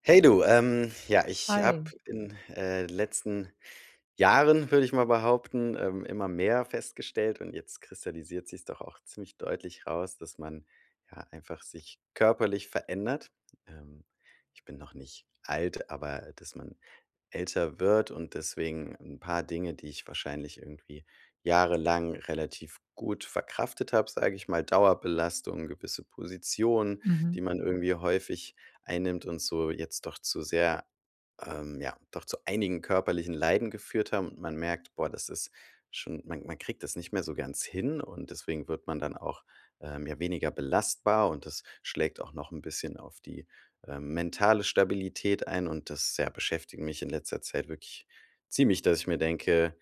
Hey du, ja, ich habe Hi. in, letzten Jahren, würde ich mal behaupten, immer mehr festgestellt und jetzt kristallisiert sich's doch auch ziemlich deutlich raus, dass man, ja, einfach sich körperlich verändert. Ähm, ich bin noch nicht alt, aber dass man älter wird und deswegen ein paar Dinge, die ich wahrscheinlich irgendwie jahrelang relativ gut verkraftet habe, sage ich mal, Dauerbelastung, gewisse Positionen, die Mhm. man irgendwie häufig einnimmt und so jetzt doch zu sehr ja, doch zu einigen körperlichen Leiden geführt haben und man merkt, boah, das ist schon, man kriegt das nicht mehr so ganz hin, und deswegen wird man dann auch, ja, weniger belastbar, und das schlägt auch noch ein bisschen auf die, mentale Stabilität ein, und das, ja, beschäftigt mich in letzter Zeit wirklich ziemlich, dass ich mir denke: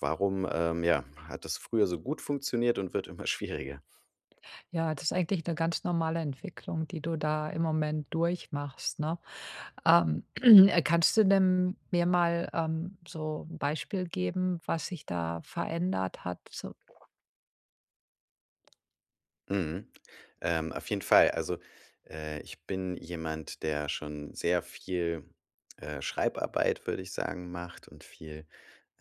„Warum, ja, hat das früher so gut funktioniert und wird immer schwieriger?" Ja, das ist eigentlich eine ganz normale Entwicklung, die du da im Moment durchmachst, ne? Ähm, kannst du denn mir mal, so ein Beispiel geben, was sich da verändert hat? So Mhm. Auf jeden Fall. Also, ich bin jemand, der schon sehr viel, Schreibarbeit, würde ich sagen, macht, und viel,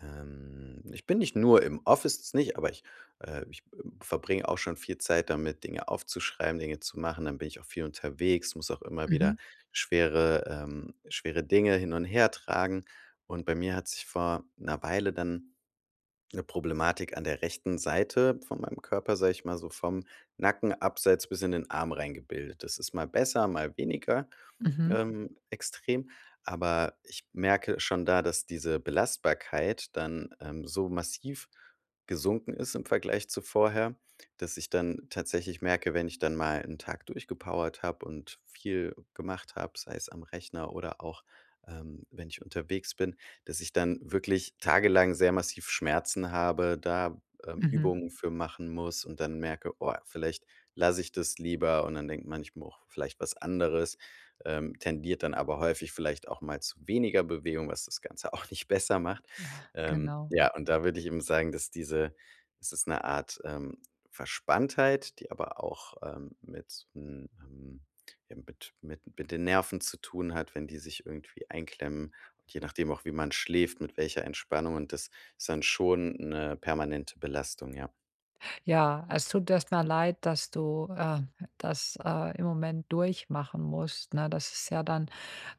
ich bin nicht nur im Office, das nicht, aber ich, verbringe auch schon viel Zeit damit, Dinge aufzuschreiben, Dinge zu machen. Dann bin ich auch viel unterwegs, muss auch immer mhm, wieder schwere Dinge hin und her tragen. Und bei mir hat sich vor einer Weile dann eine Problematik an der rechten Seite von meinem Körper, sage ich mal, so vom Nacken abseits bis in den Arm reingebildet. Das ist mal besser, mal weniger mhm, extrem. Aber ich merke schon da, dass diese Belastbarkeit dann, so massiv gesunken ist im Vergleich zu vorher, dass ich dann tatsächlich merke, wenn ich dann mal einen Tag durchgepowert habe und viel gemacht habe, sei es am Rechner oder auch, wenn ich unterwegs bin, dass ich dann wirklich tagelang sehr massiv Schmerzen habe, da, mhm, Übungen für machen muss und dann merke: „Oh, vielleicht lasse ich das lieber." Und dann denkt man, ich brauche vielleicht was anderes, tendiert dann aber häufig vielleicht auch mal zu weniger Bewegung, was das Ganze auch nicht besser macht. Genau. Ja, und da würde ich eben sagen, dass diese, es ist 'ne Art, Verspanntheit, die aber auch, mit, ja, mit mit den Nerven zu tun hat, wenn die sich irgendwie einklemmen. Und je nachdem auch, wie man schläft, mit welcher Entspannung, und das ist dann schon eine permanente Belastung, ja. Ja, es tut erst mal leid, dass du das, im Moment durchmachen musst, ne? Das ist ja dann,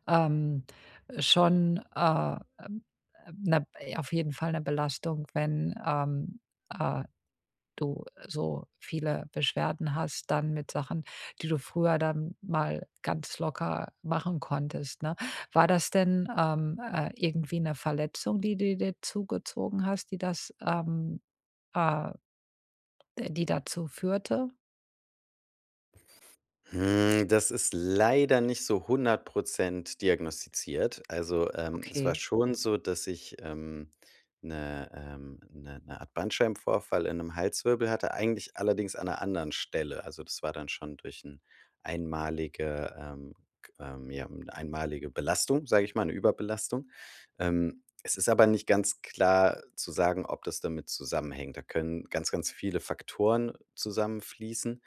ähm, schon, ähm, 'ne auf jeden Fall eine Belastung, wenn, äh du so viele Beschwerden hast, dann mit Sachen, die du früher dann mal ganz locker machen konntest, ne? War das denn, irgendwie eine Verletzung, die du dir zugezogen hast, die das, äh die dazu führte? Das ist leider nicht so 100 diagnostiziert. Also, es war Okay. schon so, dass ich, 'ne, 'ne Art Bandscheibenvorfall in einem Halswirbel hatte, eigentlich allerdings an einer anderen Stelle. Also, das war dann schon durch 'n einmalige k ja, 'ne einmalige Belastung, sage ich mal, eine Überbelastung. Es ist aber nicht ganz klar zu sagen, ob das damit zusammenhängt. Da können ganz, ganz viele Faktoren zusammenfließen,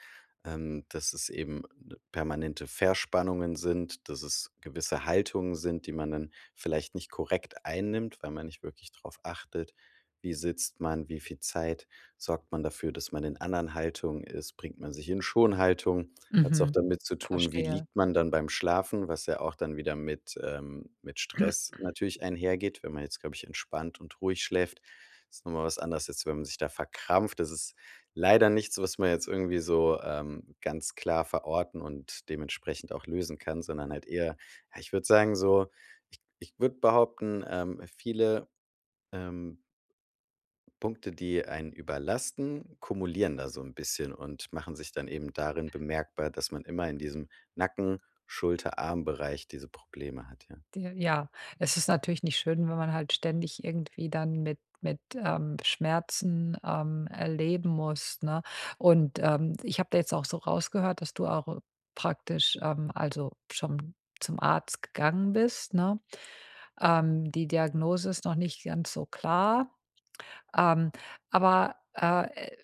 dass es eben, permanente Verspannungen sind, dass es gewisse Haltungen sind, die man dann vielleicht nicht korrekt einnimmt, weil man nicht wirklich darauf achtet. Wie sitzt man? Wie viel Zeit sorgt man dafür, dass man in anderen Haltungen ist? Bringt man sich in Schonhaltung? Hat es auch Mhm, damit zu tun, wie verstehe. liegt man dann beim Schlafen, was ja auch dann wieder mit, mit Stress natürlich einhergeht, wenn man jetzt, glaube ich, entspannt und ruhig schläft. Ist nochmal was anderes, jetzt, wenn man sich da verkrampft. Das ist leider nichts, was man jetzt irgendwie so, ganz klar verorten und dementsprechend auch lösen kann, sondern halt eher, ja, ich würde sagen so, ich würde behaupten, viele, ähm, Punkte, die einen überlasten, kumulieren da so ein bisschen und machen sich dann eben darin bemerkbar, dass man immer in diesem Nacken-, Schulter-, Armbereich diese Probleme hat, ja. De ja, es ist natürlich nicht schön, wenn man halt ständig irgendwie dann mit, Schmerzen, muss, ne? Und, ich habe da jetzt auch so rausgehört, dass du auch praktisch, also schon zum Arzt gegangen bist, ne? Die Diagnose ist noch nicht ganz so klar, ähm, aber,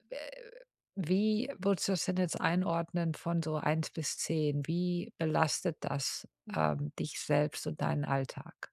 wie würdest du das denn jetzt einordnen von so eins bis 10? Wie belastet das, dich selbst und deinen Alltag?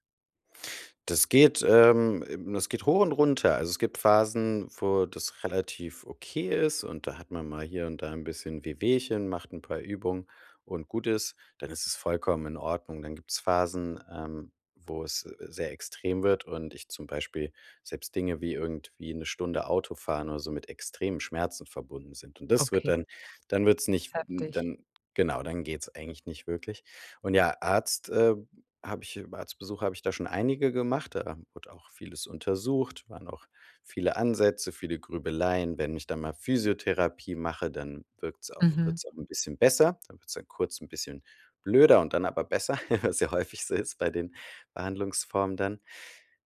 Das geht hoch und runter. Also, es gibt Phasen, wo das relativ okay ist, und da hat man mal hier und da ein bisschen Wehwehchen, macht ein paar Übungen und gut ist, dann ist es vollkommen in Ordnung. Dann gibt es Phasen, wo es, sehr extrem wird und ich zum Beispiel selbst Dinge wie irgendwie eine Stunde Autofahren oder so mit extremen Schmerzen verbunden sind. Und das wird Okay, dann, dann wird es das nicht ist hm, heftig. dann genau, dann geht es eigentlich nicht wirklich. Und ja, Arztbesuch habe ich da schon einige gemacht. Da wurde auch vieles untersucht, waren auch viele Ansätze, viele Grübeleien. Wenn ich dann mal Physiotherapie mache, dann wirkt's auch Mhm. wird's auch ein bisschen besser. Dann wird's dann kurz ein bisschen blöder und dann aber besser, was ja häufig so ist bei den Behandlungsformen dann.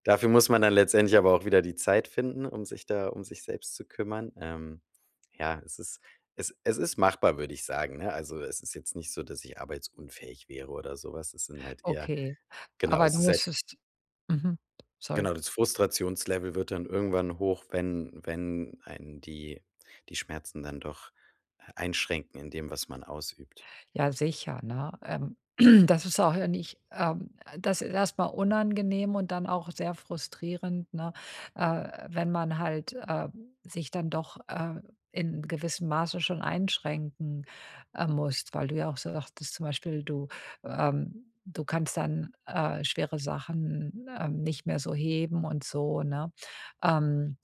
Dafür muss man dann letztendlich aber auch wieder die Zeit finden, um sich selbst zu kümmern. Ja, es ist, es ist machbar, würde ich sagen, ne? Also, es ist jetzt nicht so, dass ich arbeitsunfähig wäre oder sowas. Es sind halt eher, Okay. genau, Aber es du ist halt musstest mhm, sorry. genau, das Frustrationslevel wird dann irgendwann hoch, wenn einen die, Schmerzen dann doch einschränken in dem, was man ausübt. Ja, sicher, ne? Das ist auch ja nicht das ist erstmal unangenehm und dann auch sehr frustrierend, ne, wenn man halt, sich dann doch, in gewissem Maße schon einschränken, musst, weil du ja auch sagtest zum Beispiel, du, ähm du kannst dann, schwere Sachen, nicht mehr so heben und so, ne? Ähm,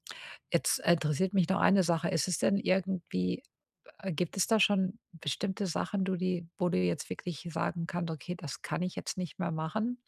jetzt interessiert mich noch eine Sache. Ist es denn irgendwie gibt es da schon bestimmte Sachen, du die wo du jetzt wirklich sagen kannst: „Okay, das kann ich jetzt nicht mehr machen?“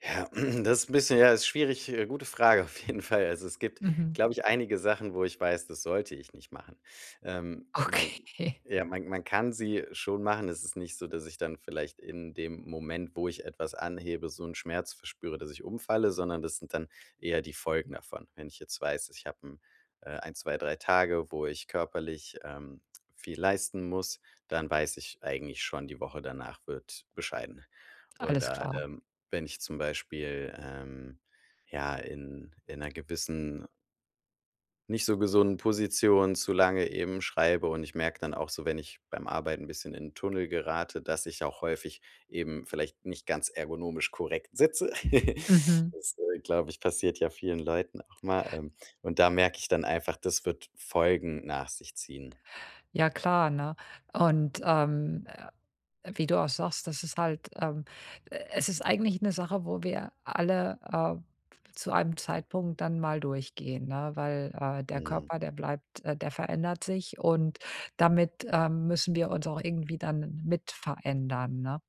Ja, das ist ein bisschen, ja, ist schwierig, gute Frage, auf jeden Fall. Also, es gibt, Mhm. glaube ich, einige Sachen, wo ich weiß, das sollte ich nicht machen. Man Okay, Ja, man kann sie schon machen. Es ist nicht so, dass ich dann vielleicht in dem Moment, wo ich etwas anhebe, so einen Schmerz verspüre, dass ich umfalle, sondern das sind dann eher die Folgen davon. Wenn ich jetzt weiß, ich habe ein, 1, 2, 3 Tage, wo ich körperlich, viel leisten muss, dann weiß ich eigentlich schon, die Woche danach wird bescheiden. alles Oder, klar. Wenn ich zum Beispiel, ja, in einer gewissen, nicht so gesunden Position zu lange eben schreibe, und ich merke dann auch so, wenn ich beim Arbeiten ein bisschen in 'n Tunnel gerate, dass ich auch häufig eben vielleicht nicht ganz ergonomisch korrekt sitze. Mhm. Das, glaube ich, passiert ja vielen Leuten auch mal, und da merke ich dann einfach, das wird Folgen nach sich ziehen. Ja klar, ne? Und, wie du auch sagst, das ist halt, es ist eigentlich eine Sache, wo wir alle zu einem Zeitpunkt dann mal durchgehen, ne? Weil der Mhm. Körper, der bleibt, der verändert sich und damit müssen wir uns auch irgendwie dann mit verändern, ne?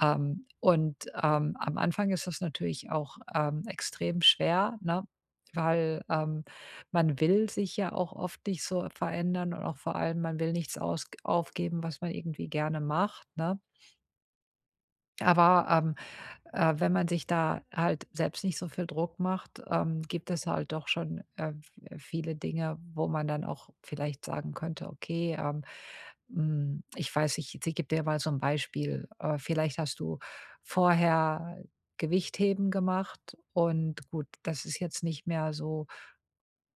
Und am Anfang ist das natürlich auch extrem schwer, ne? Weil man will sich ja auch oft nicht so verändern und auch vor allem, man will nichts aus aufgeben, was man irgendwie gerne macht, ne? Aber, wenn man sich da halt selbst nicht so viel Druck macht, gibt es halt doch schon, v viele Dinge, wo man dann auch vielleicht sagen könnte: „Okay, ich weiß nicht, jetzt ich gebe dir mal so ein Beispiel. Vielleicht hast du vorher Gewichtheben gemacht und gut, das ist jetzt nicht mehr so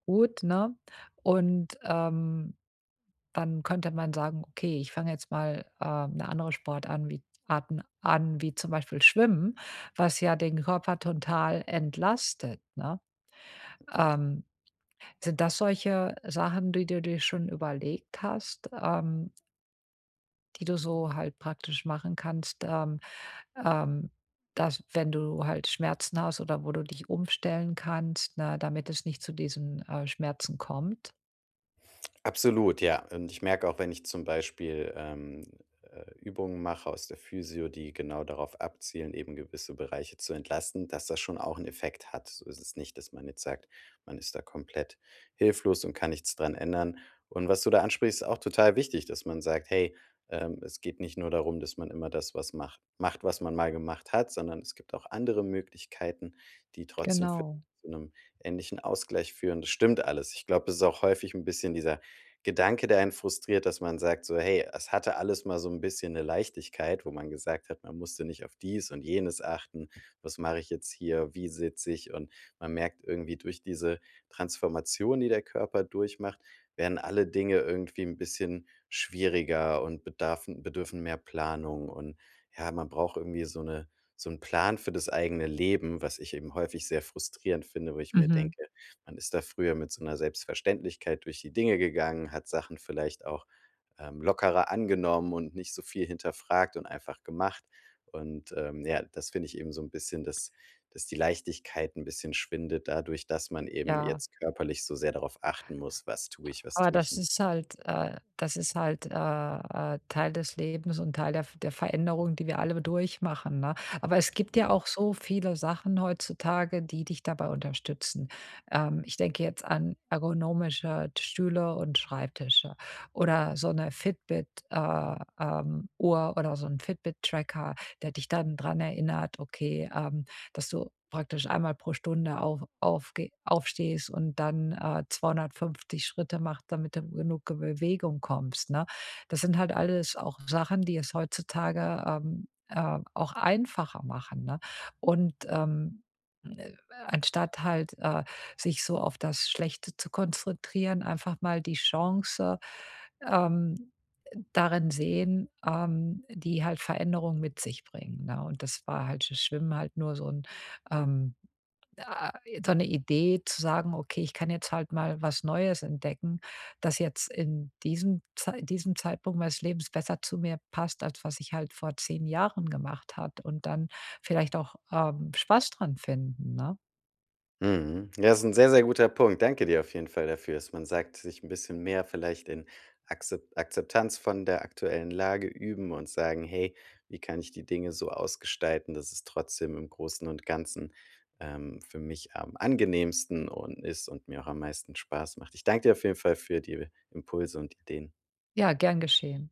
gut, ne?“ Und, dann könnte man sagen: „Okay, ich fange jetzt mal, 'ne andere Sport an wie Arten an, wie zum Beispiel Schwimmen, was ja den Körper total entlastet“, ne? Ähm, sind das solche Sachen, die du dir schon überlegt hast, die du so halt praktisch machen kannst, ähm, dass wenn du halt Schmerzen hast oder wo du dich umstellen kannst, ne, damit es nicht zu diesen, Schmerzen kommt? Absolut, ja. Und ich merke auch, wenn ich zum Beispiel, Übungen mache aus der Physio, die genau darauf abzielen, eben gewisse Bereiche zu entlasten, dass das schon auch einen Effekt hat. So ist es nicht, dass man jetzt sagt, man ist da komplett hilflos und kann nichts dran ändern. Und was du da ansprichst, ist auch total wichtig, dass man sagt: „Hey, es geht nicht nur darum, dass man immer das, was macht, was man mal gemacht hat, sondern es gibt auch andere Möglichkeiten, die trotzdem für, Genau. zu einem ähnlichen Ausgleich führen." Das stimmt alles. Ich glaube, es ist auch häufig ein bisschen dieser Gedanke, der einen frustriert, dass man sagt so: „Hey, es hatte alles mal so ein bisschen eine Leichtigkeit", wo man gesagt hat, man musste nicht auf dies und jenes achten. Was mache ich jetzt hier? Wie sitze ich? Und man merkt irgendwie durch diese Transformation, die der Körper durchmacht, werden alle Dinge irgendwie ein bisschen schwieriger und bedarfen bedürfen mehr Planung. Und ja, man braucht irgendwie so eine, so 'n Plan für das eigene Leben, was ich eben häufig sehr frustrierend finde, wo ich mir Mhm. denke, man ist da früher mit so einer Selbstverständlichkeit durch die Dinge gegangen, hat Sachen vielleicht auch, lockerer angenommen und nicht so viel hinterfragt und einfach gemacht. Und, ja, das finde ich eben so ein bisschen, dass die Leichtigkeit ein bisschen schwindet dadurch, dass man eben Ja. jetzt körperlich so sehr darauf achten muss: „Was tue ich, was Aber tue ich nicht?" Das ist halt, Teil des Lebens und Teil der F der Veränderung, die wir alle durchmachen, ne? Aber es gibt ja Genau. auch so viele Sachen heutzutage, die dich dabei unterstützen. Ich denke jetzt an ergonomische Stühle und Schreibtische oder so eine Fitbit, Uhr oder so ein Fitbit-Tracker, der dich dann dran erinnert: „Okay, dass du praktisch einmal pro Stunde aufstehst und dann, 250 Schritte machst, damit du genug Ge Bewegung kommst, ne? Das sind halt alles auch Sachen, die es heutzutage, auch einfacher machen, ne? Und, äh, anstatt halt, sich so auf das Schlechte zu konzentrieren, einfach mal die Chance, ähm, darin sehen, die halt Veränderung mit sich bringen, ne? Und das war halt das Schwimmen halt nur so ein ähm, a so eine Idee zu sagen: „Okay, ich kann jetzt halt mal was Neues entdecken, das jetzt in diesem Zeitpunkt meines Lebens besser zu mir passt, als was ich halt vor 10 Jahren gemacht hat“ und dann vielleicht auch, Spaß dran finden, ne? Mhm. Ja, das ist ein sehr, sehr guter Punkt. Danke dir auf jeden Fall dafür, dass man sagt, sich ein bisschen mehr vielleicht in Akzeptanz von der aktuellen Lage üben und sagen: „Hey, wie kann ich die Dinge so ausgestalten, dass es trotzdem im Großen und Ganzen, für mich am angenehmsten und ist und mir auch am meisten Spaß macht?" Ich danke dir auf jeden Fall für die Impulse und Ideen. Ja, gern geschehen.